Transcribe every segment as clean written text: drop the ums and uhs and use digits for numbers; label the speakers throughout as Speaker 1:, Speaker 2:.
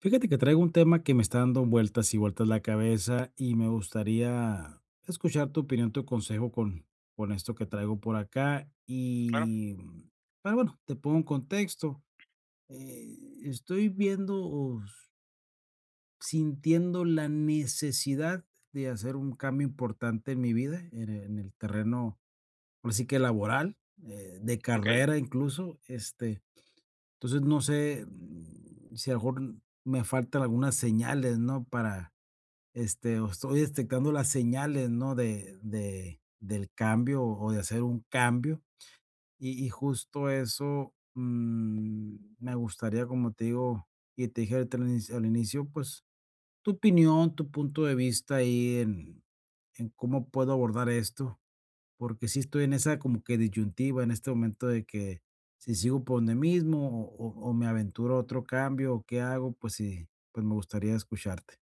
Speaker 1: Fíjate que traigo un tema que me está dando vueltas y vueltas la cabeza, y me gustaría escuchar tu opinión, tu consejo con esto que traigo por acá.
Speaker 2: Claro,
Speaker 1: Y, pero bueno, te pongo un contexto. Estoy viendo o sintiendo la necesidad de hacer un cambio importante en mi vida, en el terreno, ahora sí que laboral, de
Speaker 2: okey.
Speaker 1: carrera incluso. Entonces no sé, si a lo mejor me faltan algunas señales, ¿no? O estoy detectando las señales, ¿no? Del cambio o de hacer un cambio. Y justo eso, me gustaría, como te digo, y te dije ahorita al inicio, pues tu opinión, tu punto de vista ahí en cómo puedo abordar esto, porque sí estoy en esa como que disyuntiva en este momento de que si sigo por donde mismo o me aventuro a otro cambio o qué hago, pues sí, pues me gustaría escucharte.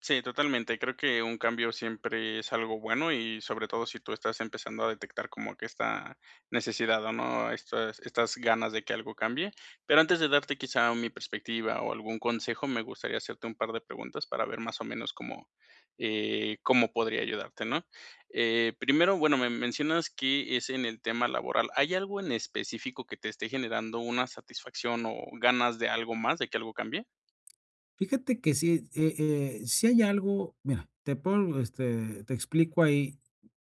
Speaker 2: Sí, totalmente. Creo que un cambio siempre es algo bueno y sobre todo si tú estás empezando a detectar como que esta necesidad o no, estas ganas de que algo cambie. Pero antes de darte quizá mi perspectiva o algún consejo, me gustaría hacerte un par de preguntas para ver más o menos cómo, cómo podría ayudarte, ¿no? Primero, bueno, me mencionas que es en el tema laboral. ¿Hay algo en específico que te esté generando una satisfacción o ganas de algo más, de que algo cambie?
Speaker 1: Fíjate que sí. Sí hay algo, mira, te explico ahí.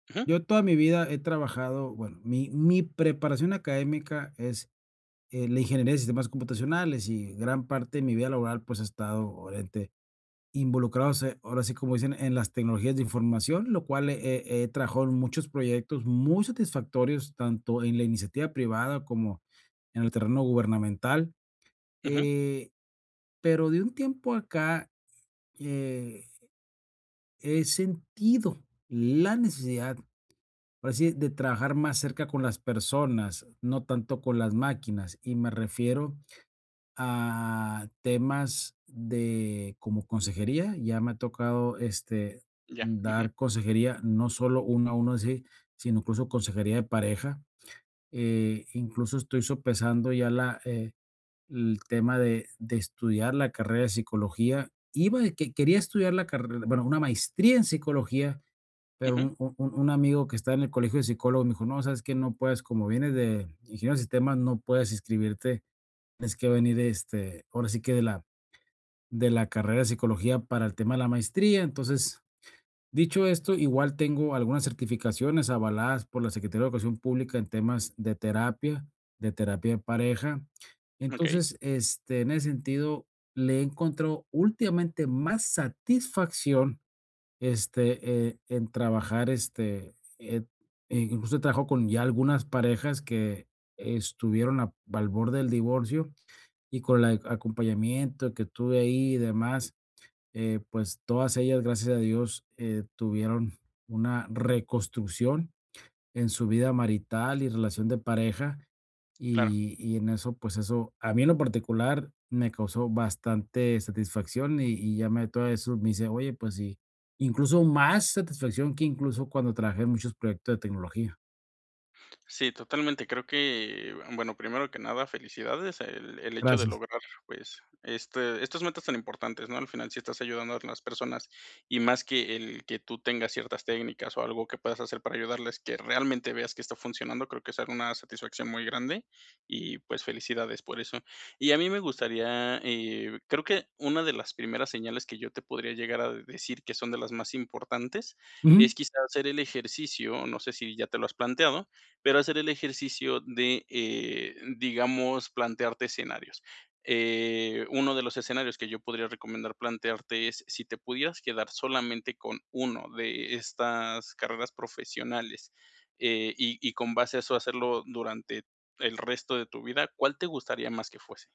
Speaker 2: Ujú,
Speaker 1: Yo toda mi vida he trabajado. Bueno, mi preparación académica es, la ingeniería de sistemas computacionales, y gran parte de mi vida laboral, pues, ha estado, obviamente, involucrados, ahora sí, como dicen, en las tecnologías de información, lo cual he trabajado en muchos proyectos muy satisfactorios, tanto en la iniciativa privada como en el terreno gubernamental.
Speaker 2: ujú,
Speaker 1: Eh, pero de un tiempo acá, eh he sentido la necesidad, por así, de trabajar más cerca con las personas, no tanto con las máquinas. Y me refiero a temas de como consejería. Ya me ha tocado,
Speaker 2: ya, ujú.
Speaker 1: dar consejería, no solo uno a uno así, sino incluso consejería de pareja. Incluso estoy sopesando ya el tema de estudiar la carrera de psicología. Iba de que quería estudiar la carrera, bueno, una maestría en psicología, pero
Speaker 2: Ujú,
Speaker 1: un amigo que está en el colegio de psicólogos me dijo: "No, ¿sabes que no puedes, como vienes de ingeniero de sistemas, no puedes inscribirte? Tienes que venir, ahora sí que de la carrera de psicología para el tema de la maestría". Entonces, dicho esto, igual tengo algunas certificaciones avaladas por la Secretaría de Educación Pública en temas de terapia, de terapia de pareja.
Speaker 2: okey,
Speaker 1: Entonces, en ese sentido, le he encontrado últimamente más satisfacción, en trabajar, e incluso trabajó con ya algunas parejas que estuvieron a al borde del divorcio, y con el a acompañamiento que tuve ahí y demás. Pues todas ellas, gracias a Dios, tuvieron una reconstrucción en su vida marital y relación de pareja.
Speaker 2: claro.
Speaker 1: Y en eso, pues, eso a mí en lo particular me causó bastante satisfacción. Y y ya me todo eso me dice: "Oye, pues sí", incluso más satisfacción que incluso cuando trabajé en muchos proyectos de tecnología.
Speaker 2: Sí, totalmente. Creo que, bueno, primero que nada, felicidades. El hecho de
Speaker 1: Gracias.
Speaker 2: lograr, pues, este, estas metas tan importantes, ¿no? Al final, si estás ayudando a las personas y más que el que tú tengas ciertas técnicas o algo que puedas hacer para ayudarles, que realmente veas que está funcionando, creo que es una satisfacción muy grande y, pues, felicidades por eso. Y a mí me gustaría, creo que una de las primeras señales que yo te podría llegar a decir que son de las más importantes
Speaker 1: Ujú.
Speaker 2: es quizás hacer el ejercicio, no sé si ya te lo has planteado pero hacer el ejercicio de, digamos, plantearte escenarios. Uno de los escenarios que yo podría recomendar plantearte es si te pudieras quedar solamente con uno de estas carreras profesionales y con base a eso hacerlo durante el resto de tu vida, ¿cuál te gustaría más que fuese?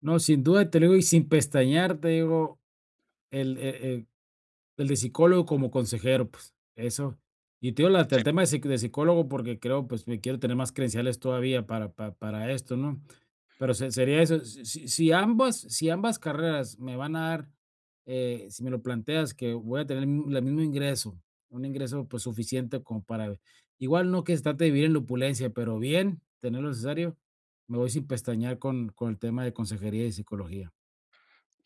Speaker 1: No, sin duda, te lo digo, y sin pestañear, te digo, el, eh el de psicólogo como consejero, pues, eso. Y te digo, la el tema de psicólogo porque creo, pues, me quiero tener más credenciales todavía para esto, ¿no? Pero se sería eso. Si ambas carreras me van a dar, si me lo planteas, que voy a tener el mismo ingreso, un ingreso, pues, suficiente como para igual no que se trate de vivir en la opulencia, pero bien, tener lo necesario. Me voy sin pestañear con el tema de consejería y psicología.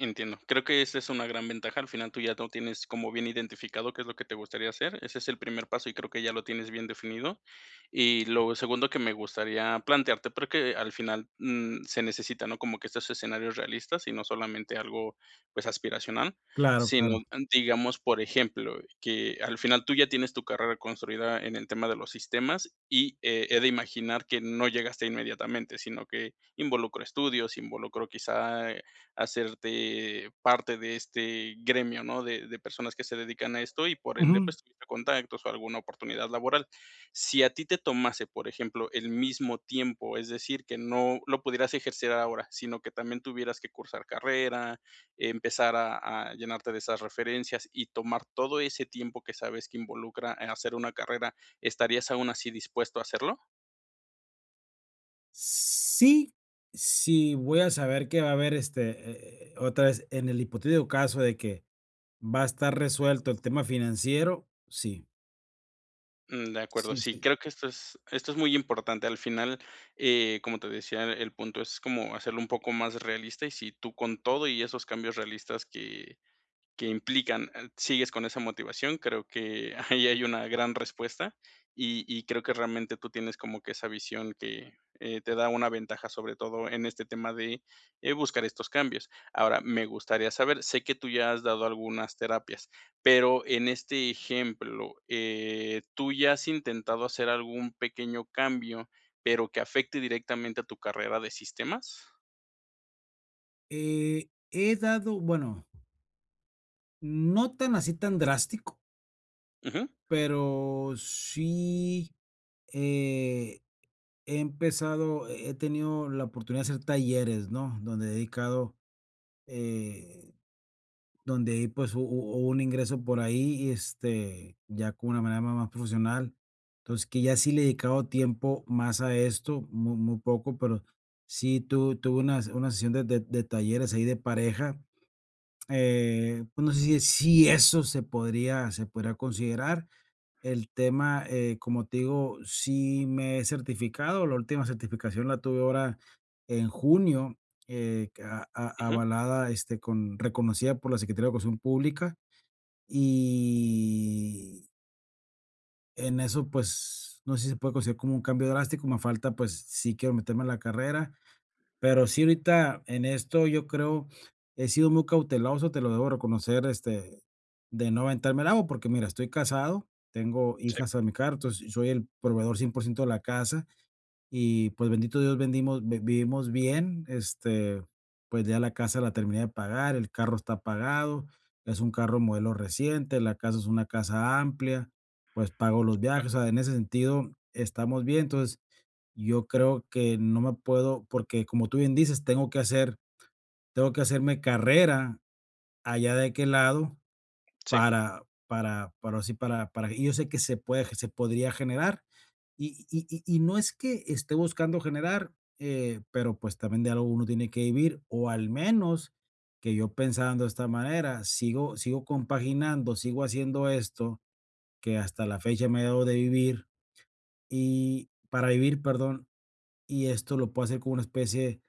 Speaker 2: Entiendo. Creo que esa es una gran ventaja. Al final tú ya lo tienes como bien identificado qué es lo que te gustaría hacer. Ese es el primer paso y creo que ya lo tienes bien definido. Y lo segundo que me gustaría plantearte, pero que al final se necesita, ¿no? Como que estos escenarios realistas y no solamente algo pues aspiracional,
Speaker 1: Claro, claro.
Speaker 2: sino digamos, por ejemplo, que al final tú ya tienes tu carrera construida en el tema de los sistemas y he de imaginar que no llegaste inmediatamente, sino que involucro estudios, involucro quizá hacerte parte de este gremio, ¿no? De personas que se dedican a esto y por ende,
Speaker 1: Ujú.
Speaker 2: pues, tuviste contactos o alguna oportunidad laboral. Si a ti te tomase, por ejemplo, el mismo tiempo, es decir, que no lo pudieras ejercer ahora, sino que también tuvieras que cursar carrera, empezar a llenarte de esas referencias y tomar todo ese tiempo que sabes que involucra, hacer una carrera, ¿estarías aún así dispuesto a hacerlo?
Speaker 1: Sí, sí, voy a saber que va a haber, otra vez, en el hipotético caso de que va a estar resuelto el tema financiero, sí.
Speaker 2: Mm, de acuerdo,
Speaker 1: Sí,
Speaker 2: sí,
Speaker 1: sí.
Speaker 2: creo que esto es muy importante. Al final, como te decía, el punto es como hacerlo un poco más realista, y si tú con todo y esos cambios realistas que implican, sigues con esa motivación, creo que ahí hay una gran respuesta y creo que realmente tú tienes como que esa visión que, te da una ventaja, sobre todo en este tema de, buscar estos cambios. Ahora, me gustaría saber, sé que tú ya has dado algunas terapias, pero en este ejemplo, ¿tú ya has intentado hacer algún pequeño cambio, pero que afecte directamente a tu carrera de sistemas?
Speaker 1: He dado, bueno, no tan así tan drástico,
Speaker 2: Ujú,
Speaker 1: pero sí, eh, he empezado, he tenido la oportunidad de hacer talleres, ¿no? Eh, donde ahí, pues, hu hu hubo un ingreso por ahí, ya con una manera ma más profesional. Entonces, que ya sí le he dedicado tiempo más a esto, muy muy poco, pero sí tu tuve una sesión de talleres ahí de pareja. Pues, no sé si eso se podría considerar. El tema, como te digo, sí me he certificado. La última certificación la tuve ahora en junio, que a
Speaker 2: ujú,
Speaker 1: avalada, este, con reconocida por la Secretaría de Educación Pública. Y en eso, pues, no sé si se puede considerar como un cambio drástico. Me falta, pues, sí quiero meterme a la carrera. Pero sí, ahorita en esto yo creo, he sido muy cauteloso, te lo debo reconocer, de no aventarme el agua. Porque mira, estoy casado, tengo
Speaker 2: sí,
Speaker 1: hijas a mi cargo, entonces soy el proveedor 100% de la casa. Y pues, bendito Dios, vivimos bien. Pues ya la casa la terminé de pagar, el carro está pagado, es un carro modelo reciente, la casa es una casa amplia, pues pago los
Speaker 2: claro,
Speaker 1: viajes. O sea, en ese sentido estamos bien. Entonces yo creo que no me puedo, porque como tú bien dices, tengo que hacerme carrera allá de aquel lado
Speaker 2: sí,
Speaker 1: para así para y yo sé que se puede, se podría generar. No es que esté buscando generar, pero, pues, también de algo uno tiene que vivir. O al menos que yo, pensando de esta manera, sigo compaginando, sigo haciendo esto que hasta la fecha me ha dado de vivir y para vivir, perdón. Y esto lo puedo hacer como una especie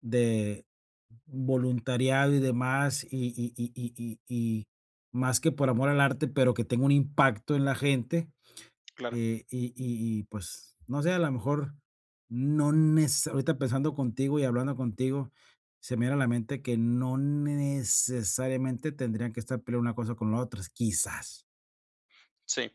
Speaker 1: de voluntariado y demás. Y y y y y Más que por amor al arte, pero que tenga un impacto en la gente.
Speaker 2: claro.
Speaker 1: Pues, no sé, a lo mejor no neces ahorita, pensando contigo y hablando contigo, se me viene a la mente que no necesariamente tendrían que estar peleando una cosa con la otra, quizás.
Speaker 2: Sí.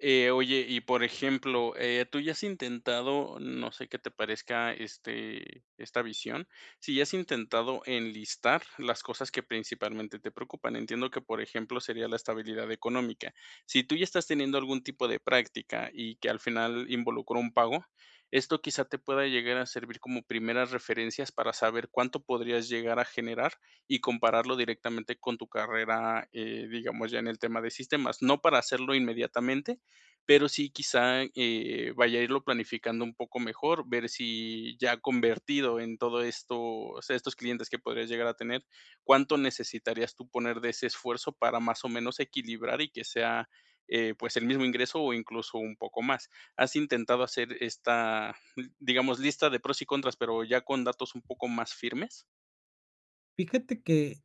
Speaker 2: Oye, y por ejemplo, ¿tú ya has intentado, no sé qué te parezca este, esta visión, si ya has intentado enlistar las cosas que principalmente te preocupan? Entiendo que, por ejemplo, sería la estabilidad económica. Si tú ya estás teniendo algún tipo de práctica y que al final involucró un pago, esto quizá te pueda llegar a servir como primeras referencias para saber cuánto podrías llegar a generar y compararlo directamente con tu carrera, digamos, ya en el tema de sistemas. No para hacerlo inmediatamente, pero sí quizá, vaya a irlo planificando un poco mejor, ver si ya convertido en todo esto, o sea, estos clientes que podrías llegar a tener, ¿cuánto necesitarías tú poner de ese esfuerzo para más o menos equilibrar y que sea, pues, el mismo ingreso o incluso un poco más? ¿Has intentado hacer esta, digamos, lista de pros y contras, pero ya con datos un poco más firmes?
Speaker 1: Fíjate que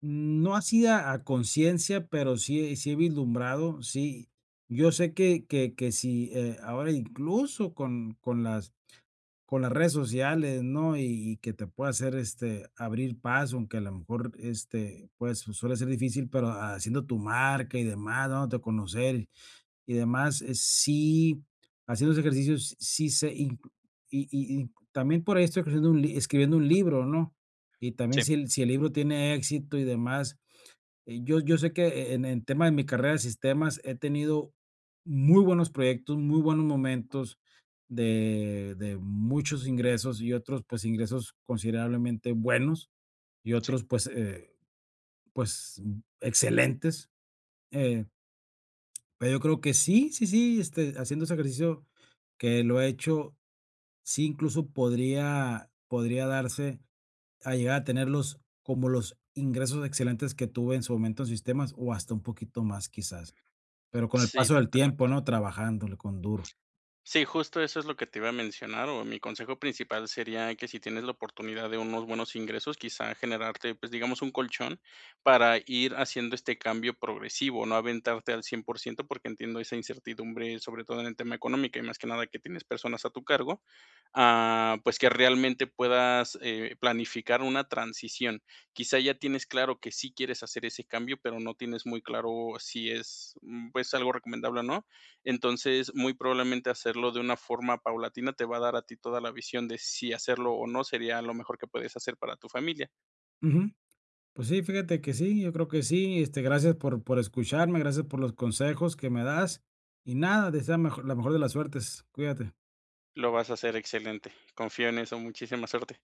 Speaker 1: no así a conciencia, pero sí he, sí he vislumbrado, sí. Yo sé que si, ahora incluso con las redes sociales, ¿no? Que te puede hacer, abrir paso, aunque a lo mejor, pues, suele ser difícil, pero haciendo tu marca y demás, dándote a conocer y demás, sí, haciendo esos ejercicios sí se in también por ahí estoy escribiendo un libro, ¿no? Y también
Speaker 2: Sí,
Speaker 1: si el libro tiene éxito y demás, yo sé que, en tema de mi carrera de sistemas he tenido muy buenos proyectos, muy buenos momentos de muchos ingresos, y otros, pues, ingresos considerablemente buenos, y
Speaker 2: sí.
Speaker 1: otros, pues, pues, excelentes. Eh, pero yo creo que sí, sí, sí, haciendo ese ejercicio que lo he hecho, sí, incluso podría darse a llegar a tenerlos como los ingresos excelentes que tuve en su momento en sistemas, o hasta un poquito más, quizás. Pero con el
Speaker 2: Sí,
Speaker 1: paso del
Speaker 2: totalmente.
Speaker 1: tiempo, ¿no? Trabajándole con duro.
Speaker 2: Sí, justo eso es lo que te iba a mencionar, o mi consejo principal sería que si tienes la oportunidad de unos buenos ingresos, quizá generarte, pues, digamos, un colchón para ir haciendo este cambio progresivo, no aventarte al 100%, porque entiendo esa incertidumbre, sobre todo en el tema económico, y más que nada que tienes personas a tu cargo, ah, pues que realmente puedas planificar una transición. Quizá ya tienes claro que sí quieres hacer ese cambio, pero no tienes muy claro si es, pues, algo recomendable o no. Entonces, muy probablemente hacerlo de una forma paulatina te va a dar a ti toda la visión de si hacerlo o no sería lo mejor que puedes hacer para tu familia.
Speaker 1: Ujú. Pues sí, fíjate que sí, yo creo que sí. Gracias por escucharme, gracias por los consejos que me das. Y nada, desea mejo la mejor de las suertes. Cuídate.
Speaker 2: Lo vas a hacer excelente. Confío en eso. Muchísima suerte.